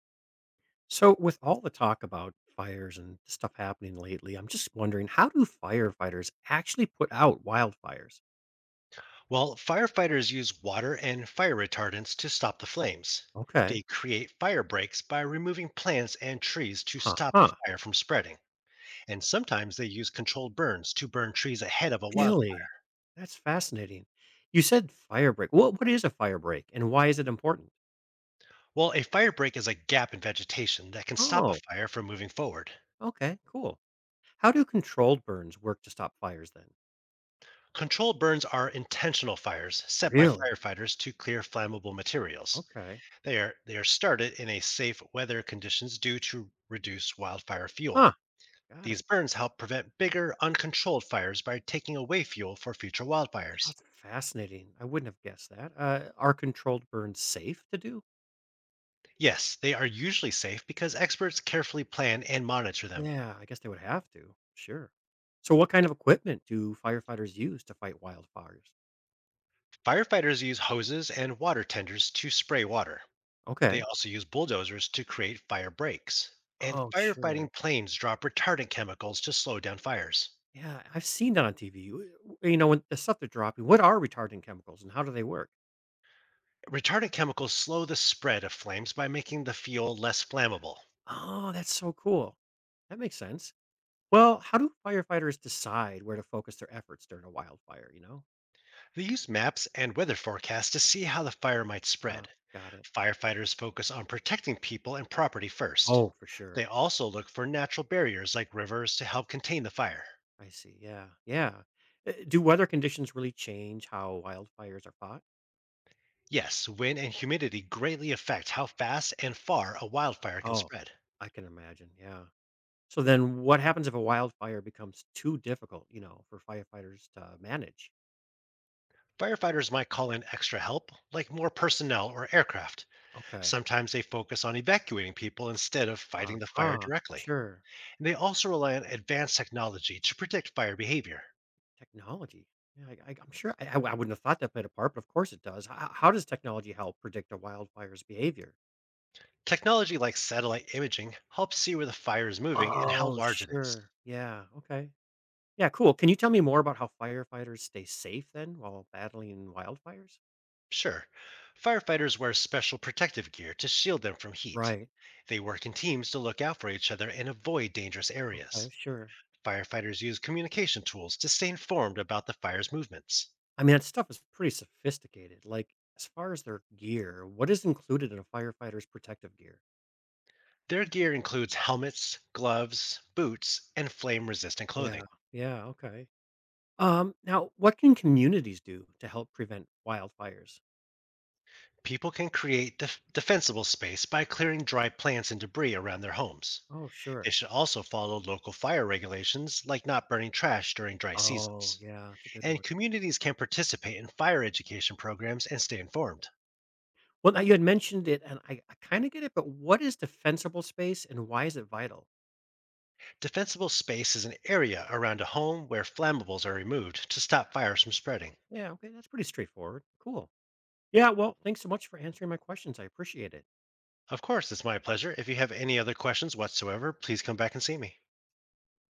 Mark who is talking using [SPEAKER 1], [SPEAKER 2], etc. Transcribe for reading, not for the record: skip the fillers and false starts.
[SPEAKER 1] So, with all the talk about fires and stuff happening lately, I'm just wondering, how do firefighters actually put out wildfires?
[SPEAKER 2] Well, firefighters use water and fire retardants to stop the flames.
[SPEAKER 1] Okay.
[SPEAKER 2] They create fire breaks by removing plants and trees to
[SPEAKER 1] Huh,
[SPEAKER 2] stop the
[SPEAKER 1] huh.
[SPEAKER 2] fire from spreading. And sometimes they use controlled burns to burn trees ahead of a wildfire.
[SPEAKER 1] Really? That's fascinating. You said fire break. What is a fire break and why is it important?
[SPEAKER 2] Well, a fire break is a gap in vegetation that can stop a
[SPEAKER 1] Oh,
[SPEAKER 2] fire from moving forward.
[SPEAKER 1] okay. Cool. How do controlled burns work to stop fires then?
[SPEAKER 2] Controlled burns are intentional fires set by
[SPEAKER 1] Really?
[SPEAKER 2] firefighters to clear flammable materials.
[SPEAKER 1] Okay.
[SPEAKER 2] They are started in a safe weather conditions due to reduce wildfire
[SPEAKER 1] Huh.
[SPEAKER 2] fuel.
[SPEAKER 1] Got
[SPEAKER 2] These
[SPEAKER 1] it.
[SPEAKER 2] burns help prevent bigger, uncontrolled fires by taking away fuel for future wildfires.
[SPEAKER 1] That's fascinating. I wouldn't have guessed that. Are controlled burns safe to do?
[SPEAKER 2] Yes, they are usually safe because experts carefully plan and monitor them.
[SPEAKER 1] Yeah, I guess they would have to. Sure. So what kind of equipment do firefighters use to fight wildfires?
[SPEAKER 2] Firefighters use hoses and water tenders to spray water. They
[SPEAKER 1] Okay.
[SPEAKER 2] also use bulldozers to create fire breaks. And
[SPEAKER 1] Oh, sure.
[SPEAKER 2] firefighting planes drop retardant chemicals to slow down fires.
[SPEAKER 1] Yeah, I've seen that on TV. You know, when the stuff they're dropping, what are retardant chemicals and how do they work?
[SPEAKER 2] Retardant chemicals slow the spread of flames by making the fuel less flammable.
[SPEAKER 1] Oh, that's so cool. That makes sense. Well, how do firefighters decide where to focus their efforts during a wildfire?
[SPEAKER 2] They use maps and weather forecasts to see how the fire might
[SPEAKER 1] Oh,
[SPEAKER 2] spread.
[SPEAKER 1] got it.
[SPEAKER 2] Firefighters focus on protecting people and property first.
[SPEAKER 1] Oh, for
[SPEAKER 2] They
[SPEAKER 1] sure.
[SPEAKER 2] also look for natural barriers like rivers to help contain the fire.
[SPEAKER 1] I see. Yeah. Yeah. Do weather conditions really change how wildfires are fought?
[SPEAKER 2] Yes, wind and humidity greatly affect how fast and far a wildfire can
[SPEAKER 1] Oh,
[SPEAKER 2] spread.
[SPEAKER 1] I can imagine. Yeah. So then what happens if a wildfire becomes too difficult, for firefighters to manage?
[SPEAKER 2] Firefighters might call in extra help, like more personnel or aircraft.
[SPEAKER 1] Okay.
[SPEAKER 2] Sometimes they focus on evacuating people instead of fighting the fire
[SPEAKER 1] Aha,
[SPEAKER 2] directly.
[SPEAKER 1] sure.
[SPEAKER 2] And they also rely on advanced technology to predict fire behavior.
[SPEAKER 1] Technology. Yeah, I'm sure I wouldn't have thought that played a part, but of course it does. How does technology help predict a wildfire's behavior?
[SPEAKER 2] Technology like satellite imaging helps see where the fire is moving and how
[SPEAKER 1] Oh,
[SPEAKER 2] large it is.
[SPEAKER 1] sure. Yeah. Okay. Yeah, cool. Can you tell me more about how firefighters stay safe then while battling wildfires?
[SPEAKER 2] Sure, firefighters wear special protective gear to shield them from heat.
[SPEAKER 1] Right.
[SPEAKER 2] They work in teams to look out for each other and avoid dangerous
[SPEAKER 1] Okay.
[SPEAKER 2] areas.
[SPEAKER 1] Sure.
[SPEAKER 2] Firefighters use communication tools to stay informed about the fire's movements.
[SPEAKER 1] I mean, that stuff is pretty sophisticated. Like, as far as their gear, what is included in a firefighter's protective gear?
[SPEAKER 2] Their gear includes helmets, gloves, boots, and flame resistant clothing.
[SPEAKER 1] Yeah. Yeah. Okay. Now, what can communities do to help prevent wildfires?
[SPEAKER 2] People can create defensible space by clearing dry plants and debris around their homes.
[SPEAKER 1] Oh,
[SPEAKER 2] They
[SPEAKER 1] sure.
[SPEAKER 2] should also follow local fire regulations, like not burning trash during dry
[SPEAKER 1] Oh,
[SPEAKER 2] seasons.
[SPEAKER 1] yeah. That's a good
[SPEAKER 2] And
[SPEAKER 1] one.
[SPEAKER 2] communities can participate in fire education programs and stay informed.
[SPEAKER 1] Well, now you had mentioned it, and I kind of get it, but what is defensible space and why is it vital?
[SPEAKER 2] Defensible space is an area around a home where flammables are removed to stop fires from spreading.
[SPEAKER 1] Yeah, okay, that's pretty straightforward. Cool. Yeah, well, thanks so much for answering my questions. I appreciate it.
[SPEAKER 2] Of course, it's my pleasure. If you have any other questions whatsoever, please come back and see me.